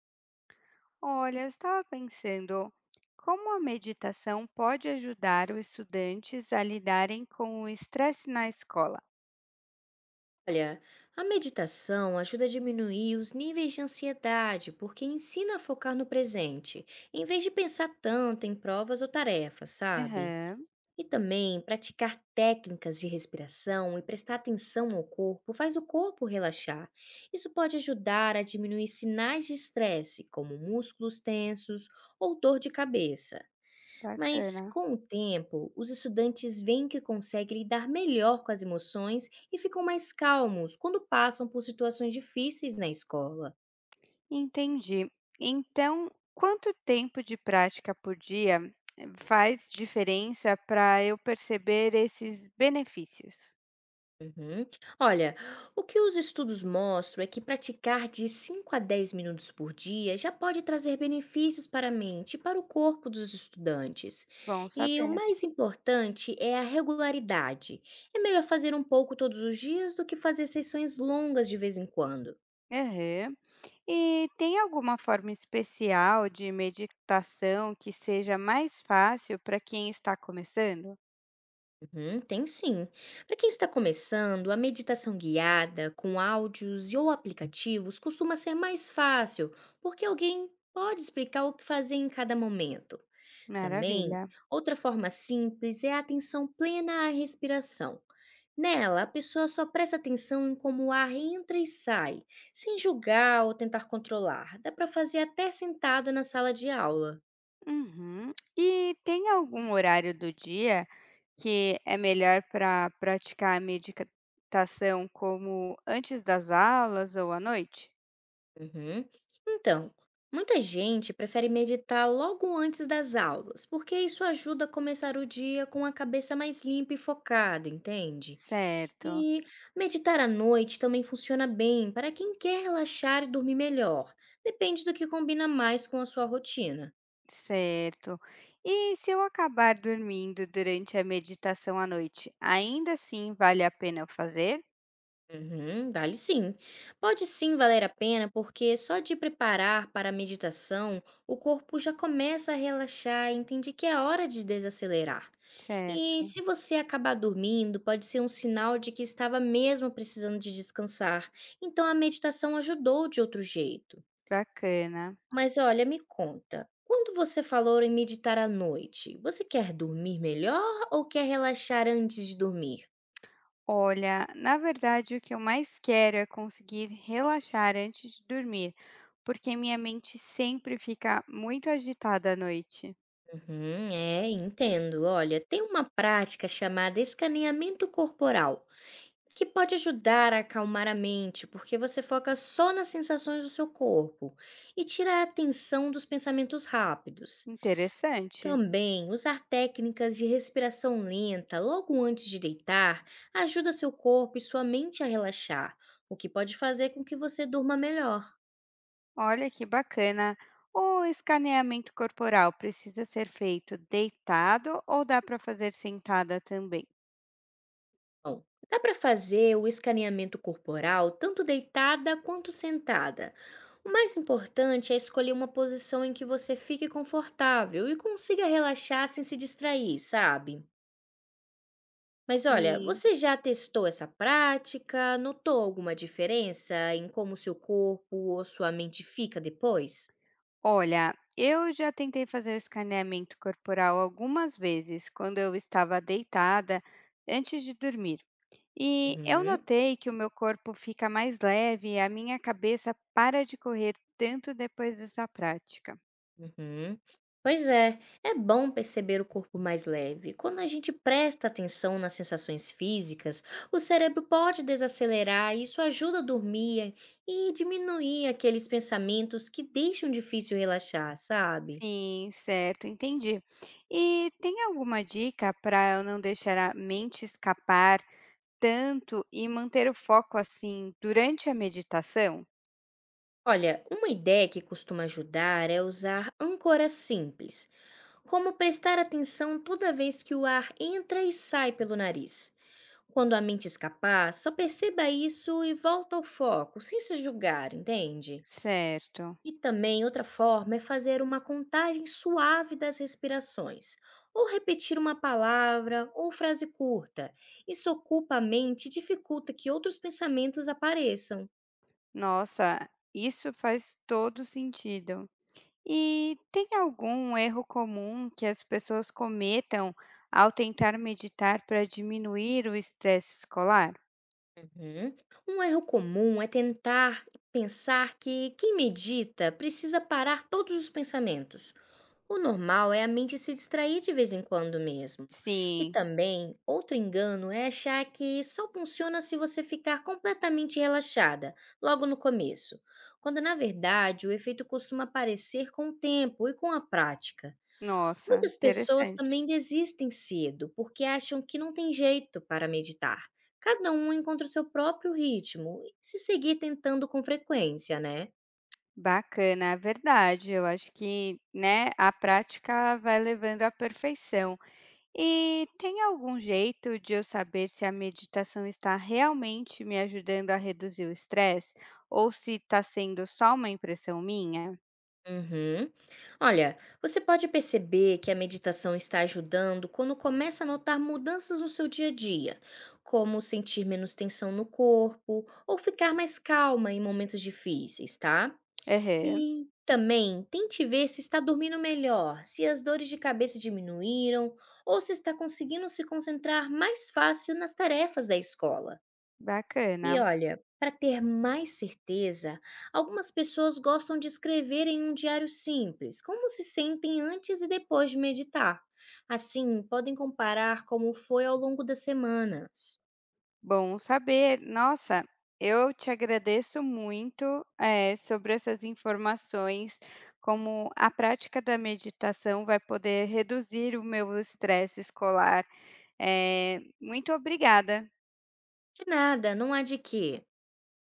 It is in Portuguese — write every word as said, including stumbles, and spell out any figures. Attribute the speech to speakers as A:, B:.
A: Olha, eu estava pensando, como a meditação pode ajudar os estudantes a lidarem com o estresse na escola?
B: Olha, a meditação ajuda a diminuir os níveis de ansiedade, porque ensina a focar no presente, em vez de pensar tanto em provas ou tarefas, sabe?
A: Aham,
B: E também praticar técnicas de respiração e prestar atenção ao corpo faz o corpo relaxar. Isso pode ajudar a diminuir sinais de estresse, como músculos tensos ou dor de cabeça. Mas,
A: bacana.
B: com o tempo, os estudantes veem que conseguem lidar melhor com as emoções e ficam mais calmos quando passam por situações difíceis na escola.
A: Entendi. Então, quanto tempo de prática por dia eh, faz diferença para eu perceber esses benefícios?
B: Uhum. Olha, o que os estudos mostram é que praticar de cinco a dez minutos por dia já pode trazer benefícios para a mente e para o corpo dos estudantes.
A: Bom
B: E o
A: saber.
B: mais importante é a regularidade. É melhor fazer um pouco todos os dias do que fazer sessões longas de vez em quando.
A: Aham. E tem alguma forma especial de meditação que seja mais fácil para quem está começando?
B: Uhum, tem sim. Para quem está começando, a meditação guiada com áudios e ou aplicativos costuma ser mais fácil, porque alguém pode explicar o que fazer em cada momento. Também,
A: Maravilha.
B: outra forma simples é a atenção plena à respiração. Nela, a pessoa só presta atenção em como o ar entra e sai, sem julgar ou tentar controlar. Dá para fazer até sentado na sala de aula.
A: Uhum. E tem algum horário do dia que é melhor para praticar a meditação, como antes das aulas ou à noite?
B: Uhum. Então, muita gente prefere meditar logo antes das aulas, porque isso ajuda a começar o dia com a cabeça mais limpa e focada, entende?
A: Certo,
B: E meditar à noite também funciona bem para quem quer relaxar e dormir melhor. Depende do que combina mais com a sua rotina.
A: certo. E se eu acabar dormindo durante a meditação à noite, ainda assim vale a pena eu fazer?
B: Uhum, vale sim. Pode sim valer a pena, porque só de preparar para a meditação, o corpo já começa a relaxar e entende que é hora de desacelerar. E
A: Certo,
B: se você acabar dormindo, pode ser um sinal de que estava mesmo precisando de descansar. Então a meditação ajudou de outro jeito.
A: bacana.
B: Mas olha, me conta, quando você falou em meditar à noite, você quer dormir melhor ou quer relaxar antes de dormir?
A: Olha, na verdade, o que eu mais quero é conseguir relaxar antes de dormir, porque minha mente sempre fica muito agitada à noite.
B: Uhum, é, entendo. Olha, tem uma prática chamada escaneamento corporal, que pode ajudar a acalmar a mente, porque você foca só nas sensações do seu corpo e tira a atenção dos pensamentos rápidos.
A: Interessante.
B: Também, usar técnicas de respiração lenta logo antes de deitar ajuda seu corpo e sua mente a relaxar, o que pode fazer com que você durma melhor.
A: Olha que bacana. O escaneamento corporal precisa ser feito deitado ou dá para fazer sentada também?
B: Bom, dá para fazer o escaneamento corporal tanto deitada quanto sentada. O mais importante é escolher uma posição em que você fique confortável e consiga relaxar sem se distrair, sabe? Mas olha,
A: Sim.
B: você já testou essa prática? Notou alguma diferença em como seu corpo ou sua mente fica depois?
A: Olha, eu já tentei fazer o escaneamento corporal algumas vezes quando eu estava deitada antes de dormir. E eu
B: Uhum,
A: notei que o meu corpo fica mais leve e a minha cabeça para de correr tanto depois dessa prática.
B: uhum. Pois é, é bom perceber o corpo mais leve. Quando a gente presta atenção nas sensações físicas, o cérebro pode desacelerar e isso ajuda a dormir e diminuir aqueles pensamentos que deixam difícil relaxar, sabe?
A: Sim, certo, entendi. E tem alguma dica para eu não deixar a mente escapar tanto e manter o foco assim durante a meditação?
B: Olha, uma ideia que costuma ajudar é usar âncoras simples, como prestar atenção toda vez que o ar entra e sai pelo nariz. Quando a mente escapar, só perceba isso e volta ao foco, sem se julgar, entende?
A: Certo.
B: E também outra forma é fazer uma contagem suave das respirações, ou repetir uma palavra ou frase curta. Isso ocupa a mente e dificulta que outros pensamentos apareçam.
A: Nossa, isso faz todo sentido. E tem algum erro comum que as pessoas cometam ao tentar meditar para diminuir o estresse escolar?
B: Uhum. Um erro comum é tentar pensar que quem medita precisa parar todos os pensamentos. O normal é a mente se distrair de vez em quando mesmo. E
A: Sim,
B: também, outro engano é achar que só funciona se você ficar completamente relaxada, logo no começo, quando na verdade o efeito costuma aparecer com o tempo e com a prática.
A: nossa,
B: Muitas pessoas
A: interessante.
B: também desistem cedo porque acham que não tem jeito para meditar. Cada um encontra o seu próprio ritmo e se seguir tentando com frequência, né?
A: Bacana, é verdade. Eu acho que, né, a prática vai levando à perfeição. E tem algum jeito de eu saber se a meditação está realmente me ajudando a reduzir o estresse ou se está sendo só uma impressão minha?
B: Uhum. Olha, você pode perceber que a meditação está ajudando quando começa a notar mudanças no seu dia a dia, como sentir menos tensão no corpo ou ficar mais calma em momentos difíceis, tá?
A: Aham,
B: E também tente ver se está dormindo melhor, se as dores de cabeça diminuíram ou se está conseguindo se concentrar mais fácil nas tarefas da escola. E
A: bacana.
B: olha, para ter mais certeza, algumas pessoas gostam de escrever em um diário simples, como se sentem antes e depois de meditar. Assim, podem comparar como foi ao longo das semanas.
A: Bom saber. Nossa, eu te agradeço muito, eh, sobre essas informações, como a prática da meditação vai poder reduzir o meu estresse escolar. Eh, muito obrigada.
B: De nada, não há de quê.